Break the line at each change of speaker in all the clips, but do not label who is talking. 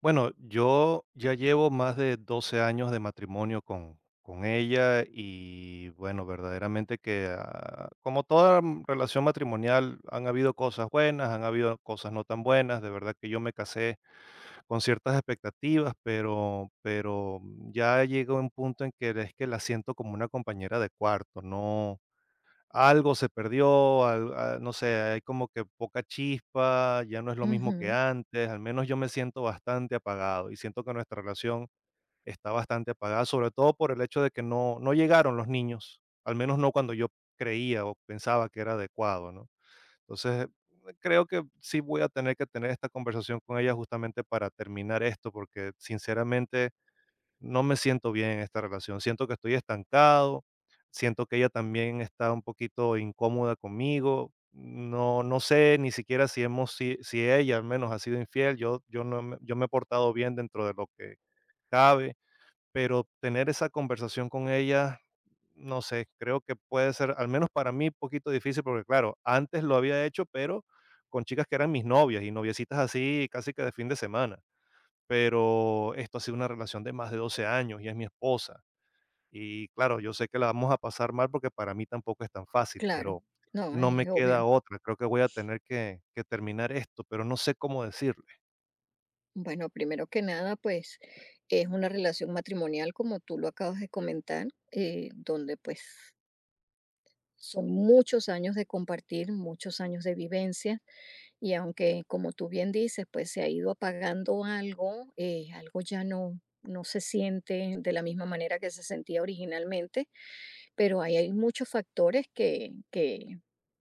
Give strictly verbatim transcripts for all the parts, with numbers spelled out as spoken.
Bueno, yo ya llevo más de doce años de matrimonio con, con ella y bueno, verdaderamente que ah, como toda mm, relación matrimonial han habido cosas buenas, han habido cosas no tan buenas. De verdad que yo me casé con ciertas expectativas, pero, pero ya llegó un punto en que es que la siento como una compañera de cuarto, no, algo se perdió, al a no sé, hay como que poca chispa, ya no es lo mismo que
Ujú,
antes, al menos yo me siento bastante apagado, y siento que nuestra relación está bastante apagada, sobre todo por el hecho de que no no llegaron los niños, al menos no cuando yo creía o pensaba que era adecuado, ¿no? Entonces, creo que sí voy a tener que tener esta conversación con ella justamente para terminar esto, porque sinceramente no me siento bien en esta relación, siento que estoy estancado, siento que ella también está un poquito incómoda conmigo. No, no sé ni siquiera si, hemos, si, si ella al menos ha sido infiel. Yo, yo, no, me- yo me he portado bien dentro de lo que cabe, pero tener esa conversación con ella, no sé, creo que puede ser, al menos para mí, un poquito difícil, porque claro, antes lo había hecho, pero con chicas que eran mis novias y noviecitas así casi que de fin de semana, pero esto ha sido una relación de más de doce años, y es mi esposa. Y claro, yo sé que la vamos a pasar mal porque para mí tampoco es tan fácil,
claro,
pero
no,
no
es
me queda
obvio.
otra. Creo que voy a tener que, que terminar esto, pero no sé cómo decirle.
Bueno, primero que nada, pues es una relación matrimonial, como tú lo acabas de comentar, eh, donde pues son muchos años de compartir, muchos años de vivencia, y aunque como tú bien dices, pues se ha ido apagando algo, eh, algo ya no, no se siente de la misma manera que se sentía originalmente, pero ahí hay muchos factores que, que,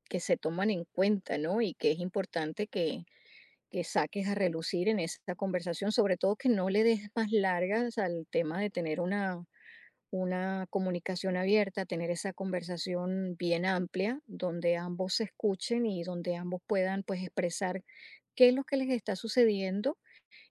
que se toman en cuenta, ¿no? Y que es importante que que saques a relucir en esta conversación, sobre todo que no le des más largas al tema de tener una, una comunicación abierta, tener esa conversación bien amplia, donde ambos se escuchen y donde ambos puedan pues expresar qué es lo que les está sucediendo,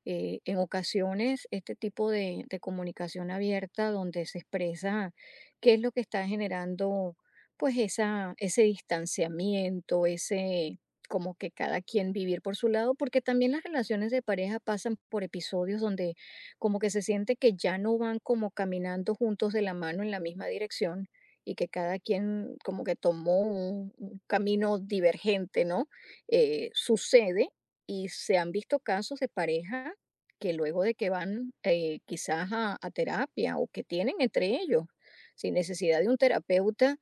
eh, en ocasiones, este tipo de, de comunicación abierta donde se expresa qué es lo que está generando, pues, esa, ese distanciamiento, ese como que cada quien vivir por su lado, porque también las relaciones de pareja pasan por episodios donde como que se siente que ya no van como caminando juntos de la mano en la misma dirección y que cada quien como que tomó un, un camino divergente, ¿no? Eh, sucede y se han visto casos de parejas que luego de que van, eh, quizás a a terapia o que tienen entre ellos, sin necesidad de un terapeuta,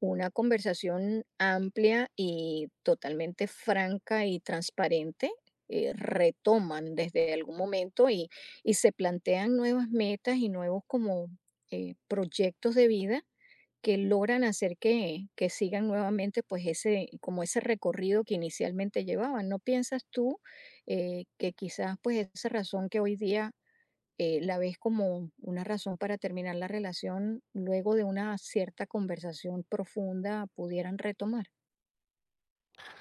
una conversación amplia y totalmente franca y transparente, eh, retoman desde algún momento y y se plantean nuevas metas y nuevos como, eh, proyectos de vida que logran hacer que que sigan nuevamente, pues, ese como ese recorrido que inicialmente llevaban. ¿No piensas tú, eh, que quizás, pues, esa razón que hoy día, eh, la ves como una razón para terminar la relación, luego de una cierta conversación profunda pudieran retomar?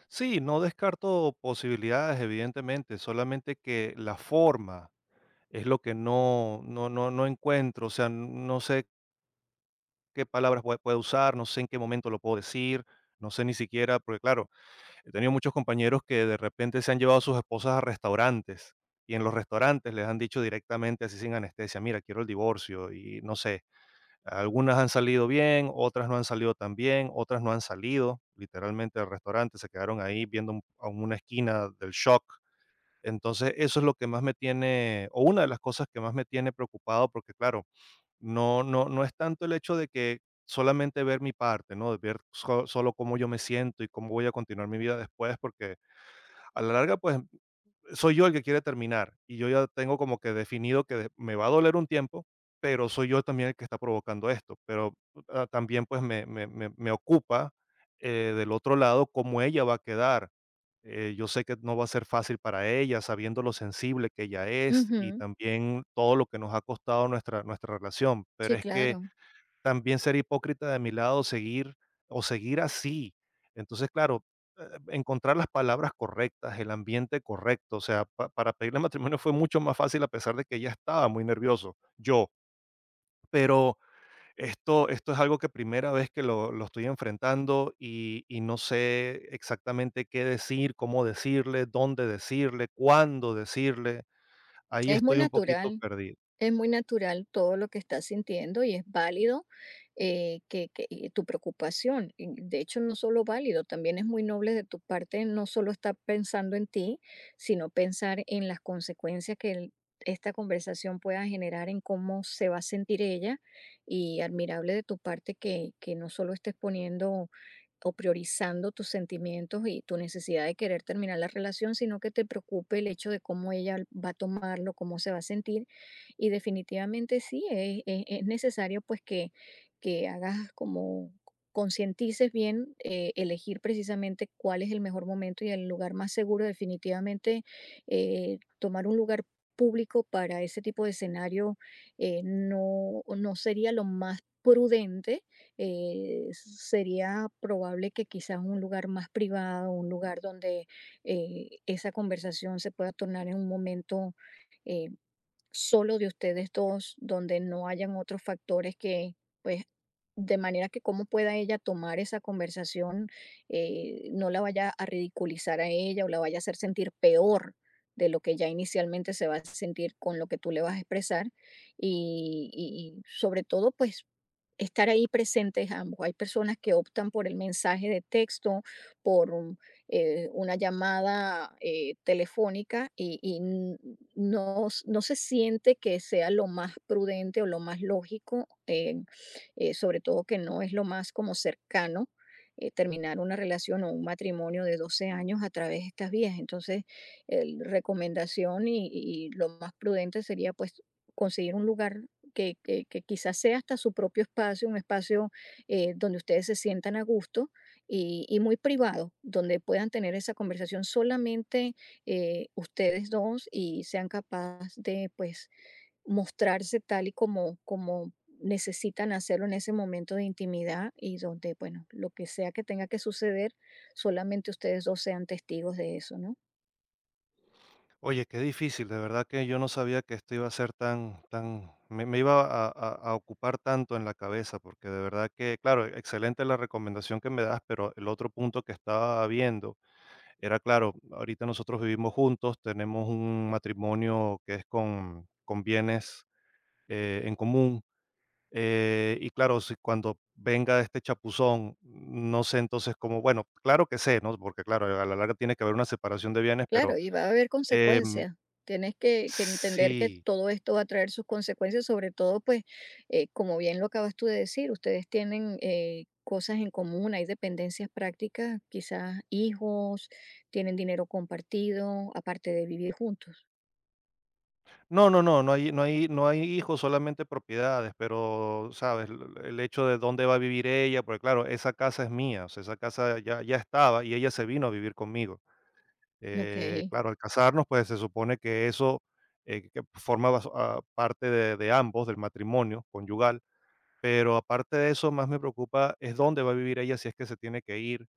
Sí, no descarto posibilidades, evidentemente, solamente que la forma es lo que no, no, no, no encuentro. O sea, no sé qué palabras pue- puedo usar, no sé en qué momento lo puedo decir, no sé ni siquiera, porque claro, he tenido muchos compañeros que de repente se han llevado a sus esposas a restaurantes y en los restaurantes les han dicho directamente, así sin anestesia, mira, quiero el divorcio, y no sé, algunas han salido bien, otras no han salido tan bien, otras no han salido literalmente del restaurante, se quedaron ahí viendo un- a una esquina del shock. Entonces, eso es lo que más me tiene, o una de las cosas que más me tiene preocupado, porque claro, no, no, no es tanto el hecho de que solamente ver mi parte, ¿no? De ver so- solo cómo yo me siento y cómo voy a continuar mi vida después, porque a la larga, pues, soy yo el que quiere terminar y yo ya tengo como que definido que de me va a doler un tiempo, pero soy yo también el que está provocando esto. Pero, ah, también, pues, me me me me ocupa, eh, del otro lado, cómo ella va a quedar. Eh, yo sé que no va a ser fácil para ella, sabiendo lo sensible que ella es y
Ujú.
también todo lo que nos ha costado nuestra nuestra relación, pero
Sí,
es que
claro.
también ser hipócrita de mi lado, seguir o seguir así. Entonces, claro, eh, encontrar las palabras correctas, el ambiente correcto, o sea, pa- para pedirle matrimonio fue mucho más fácil a pesar de que ella estaba muy nervioso, yo, pero esto, esto es algo que primera vez que lo, lo estoy enfrentando y, y no sé exactamente qué decir, cómo decirle, dónde decirle, cuándo decirle, ahí
Es muy
estoy un poquito
natural.
perdido.
Es muy natural todo lo que estás sintiendo y es válido, eh, que, que- y tu preocupación. Y de hecho, no solo válido, también es muy noble de tu parte no solo estar pensando en ti, sino pensar en las consecuencias que el- esta conversación pueda generar en cómo se va a sentir ella y admirable de tu parte que, que no solo estés poniendo o priorizando tus sentimientos y tu necesidad de querer terminar la relación, sino que te preocupe el hecho de cómo ella va a tomarlo, cómo se va a sentir. Y definitivamente sí, es, es- es necesario pues que, que hagas como concientices bien, eh, elegir precisamente cuál es el mejor momento y el lugar más seguro. Definitivamente eh, tomar un lugar público para ese tipo de escenario eh, no, no sería lo más prudente. Eh, sería probable que quizás un lugar más privado, un lugar donde eh, esa conversación se pueda tornar en un momento eh, solo de ustedes dos, donde no hayan otros factores que, pues, de manera que cómo pueda ella tomar esa conversación, eh, no la vaya a ridiculizar a ella o la vaya a hacer sentir peor de lo que ya inicialmente se va a sentir con lo que tú le vas a expresar. Y, y- y sobre todo, pues, estar ahí presentes ambos. Hay personas que optan por el mensaje de texto, por, eh, una llamada eh, telefónica y, y n- no, s- no se siente que sea lo más prudente o lo más lógico, eh, eh, sobre todo que no es lo más como cercano. Eh, terminar una relación o un matrimonio de doce años a través de estas vías. Entonces, el- recomendación y, y lo más prudente sería pues conseguir un lugar que, que- que quizás sea hasta su propio espacio, un espacio eh, donde ustedes se sientan a gusto y, y muy privado, donde puedan tener esa conversación solamente eh, ustedes dos y sean capaces de pues mostrarse tal y como, como necesitan hacerlo en ese momento de intimidad y donde, bueno, lo que sea que tenga que suceder, solamente ustedes dos sean testigos de eso, ¿no?
Oye, qué difícil, de verdad que yo no sabía que esto iba a ser tan, tan, me, me iba a, a- a ocupar tanto en la cabeza, porque de verdad que, claro, excelente la recomendación que me das, pero el otro punto que estaba viendo era, claro, ahorita nosotros vivimos juntos, tenemos un matrimonio que es con, con bienes eh, en común, eh, y claro, si cuando venga este chapuzón, no sé entonces cómo, bueno, claro que sé, ¿no? Porque claro, a la larga tiene que haber una separación de bienes, pero...
Claro, y va a haber
em,
consecuencias. Tienes que, que entender que
sí,
todo esto va a traer sus consecuencias, sobre todo, pues, eh, como bien lo acabas tú de decir, ustedes tienen, eh, cosas en común, hay dependencias prácticas, quizás hijos, tienen dinero compartido, aparte de vivir juntos.
no, no, no, no hay, no hay no hay hijos, solamente propiedades, pero, ¿sabes? L El hecho de dónde va a vivir ella, porque, claro, esa casa es mía, o sea, esa casa ya ya estaba y ella se vino a vivir conmigo.
Ok.
Eh, claro, al casarnos, pues, se supone que eso, eh, que formaba so ah, parte de de ambos, del matrimonio conyugal, pero aparte de eso, más me preocupa es dónde va a vivir ella si es que se tiene que ir,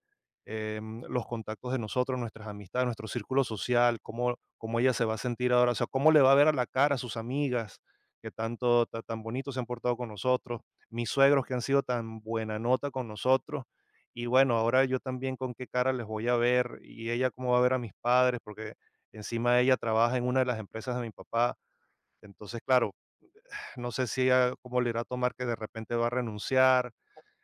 em, los contactos de nosotros, nuestras amistades, nuestro círculo social, cómo, cómo ella se va a sentir ahora, o sea, cómo le va a ver a la cara a sus amigas que tanto, ta- tan bonitos se han portado con nosotros, mis suegros que han sido tan buena nota con nosotros, y bueno, ahora yo también con qué cara les voy a ver, y ella cómo va a ver a mis padres, porque encima ella trabaja en una de las empresas de mi papá, entonces claro, no sé si ella cómo le irá a tomar que de repente va a renunciar,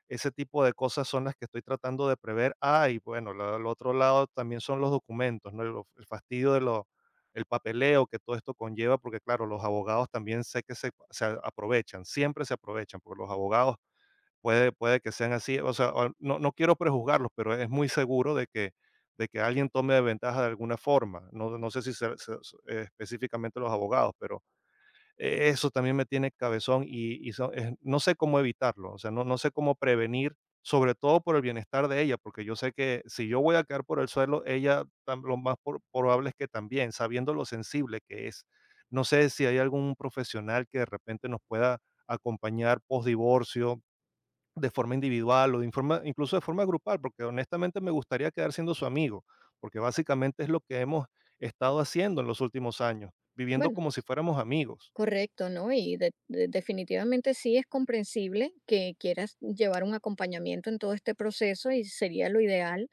ese tipo de cosas son las que estoy tratando de prever. Ah, y bueno, la- el otro lado también son los documentos, ¿no? El, el fastidio de lo, el papeleo que todo esto conlleva, porque claro, los abogados también sé que se, se aprovechan, siempre se aprovechan, porque los abogados puede, puede que sean así, o sea, o- no, no quiero prejuzgarlos, pero es muy seguro de que, de que alguien tome ventaja de alguna forma. No, no sé si se- se- se- eh, específicamente los abogados, pero eh, eso también me tiene cabezón y y so eh, no sé cómo evitarlo, o sea, no no sé cómo prevenir, sobre todo por el bienestar de ella, porque yo sé que si yo voy a caer por el suelo, ella tam lo más por probable es que también, sabiendo lo sensible que es. No sé si hay algún profesional que de repente nos pueda acompañar postdivorcio, de forma individual o de informa incluso de forma grupal, porque honestamente me gustaría quedar siendo su amigo, porque básicamente es lo que hemos estado haciendo en los últimos años, viviendo
Bueno,
como si fuéramos amigos.
correcto, ¿no? Y de- de- definitivamente sí es comprensible que quieras llevar un acompañamiento en todo este proceso y sería lo ideal,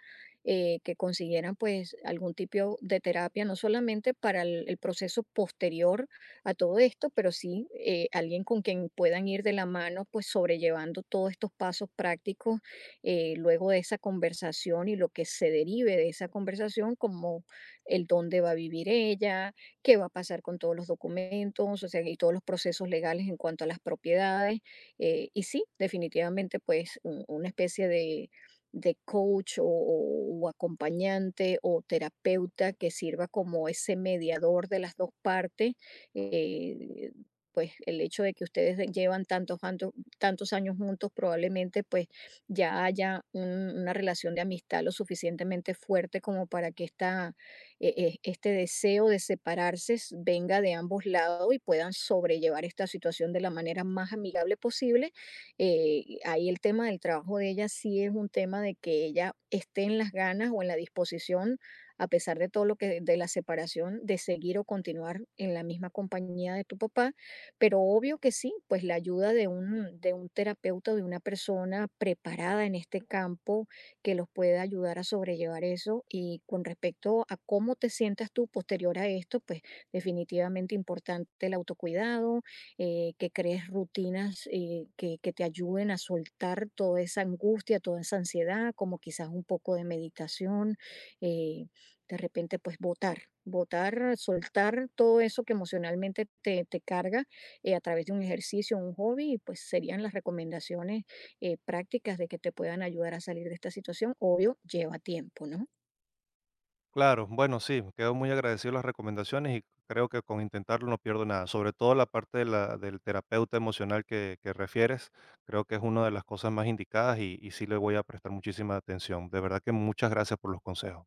eh, que consiguieran pues algún tipo de terapia, no solamente para el, el proceso posterior a todo esto, pero sí, eh, alguien con quien puedan ir de la mano pues sobrellevando todos estos pasos prácticos, eh, luego de esa conversación y lo que se derive de esa conversación como el dónde va a vivir ella, qué va a pasar con todos los documentos, o sea, y todos los procesos legales en cuanto a las propiedades. Eh, y sí, definitivamente, pues un- una especie de, de coach o, o- o acompañante o terapeuta que sirva como ese mediador de las dos partes. eh, pues el hecho de que ustedes de- llevan tantos, tanto- tantos años juntos, probablemente pues ya haya un- una relación de amistad lo suficientemente fuerte como para que esta, eh, eh, este deseo de separarse s- venga de ambos lados y puedan sobrellevar esta situación de la manera más amigable posible. Eh, y ahí el tema del trabajo de ella sí es un tema de que ella esté en las ganas o en la disposición, a pesar de todo lo que de la separación, de seguir o continuar en la misma compañía de tu papá. Pero obvio que sí, pues la ayuda de un, de un terapeuta, de una persona preparada en este campo, que los pueda ayudar a sobrellevar eso. Y con respecto a cómo te sientas tú posterior a esto, pues definitivamente importante el autocuidado, eh, que crees rutinas eh, que, que te ayuden a soltar toda esa angustia, toda esa ansiedad, como quizás un poco de meditación, eh, de repente pues votar. Votar, soltar todo eso que emocionalmente te, te carga, eh, a través de un ejercicio, un hobby, y pues serían las recomendaciones eh, prácticas de que te puedan ayudar a salir de esta situación, obvio, lleva tiempo, ¿no?
Claro, bueno, sí, quedo muy agradecido de las recomendaciones y creo que con intentarlo no pierdo nada, sobre todo la parte de la, del terapeuta emocional que, que refieres, creo que es una de las cosas más indicadas y, y sí le voy a prestar muchísima atención. De verdad que muchas gracias por los consejos.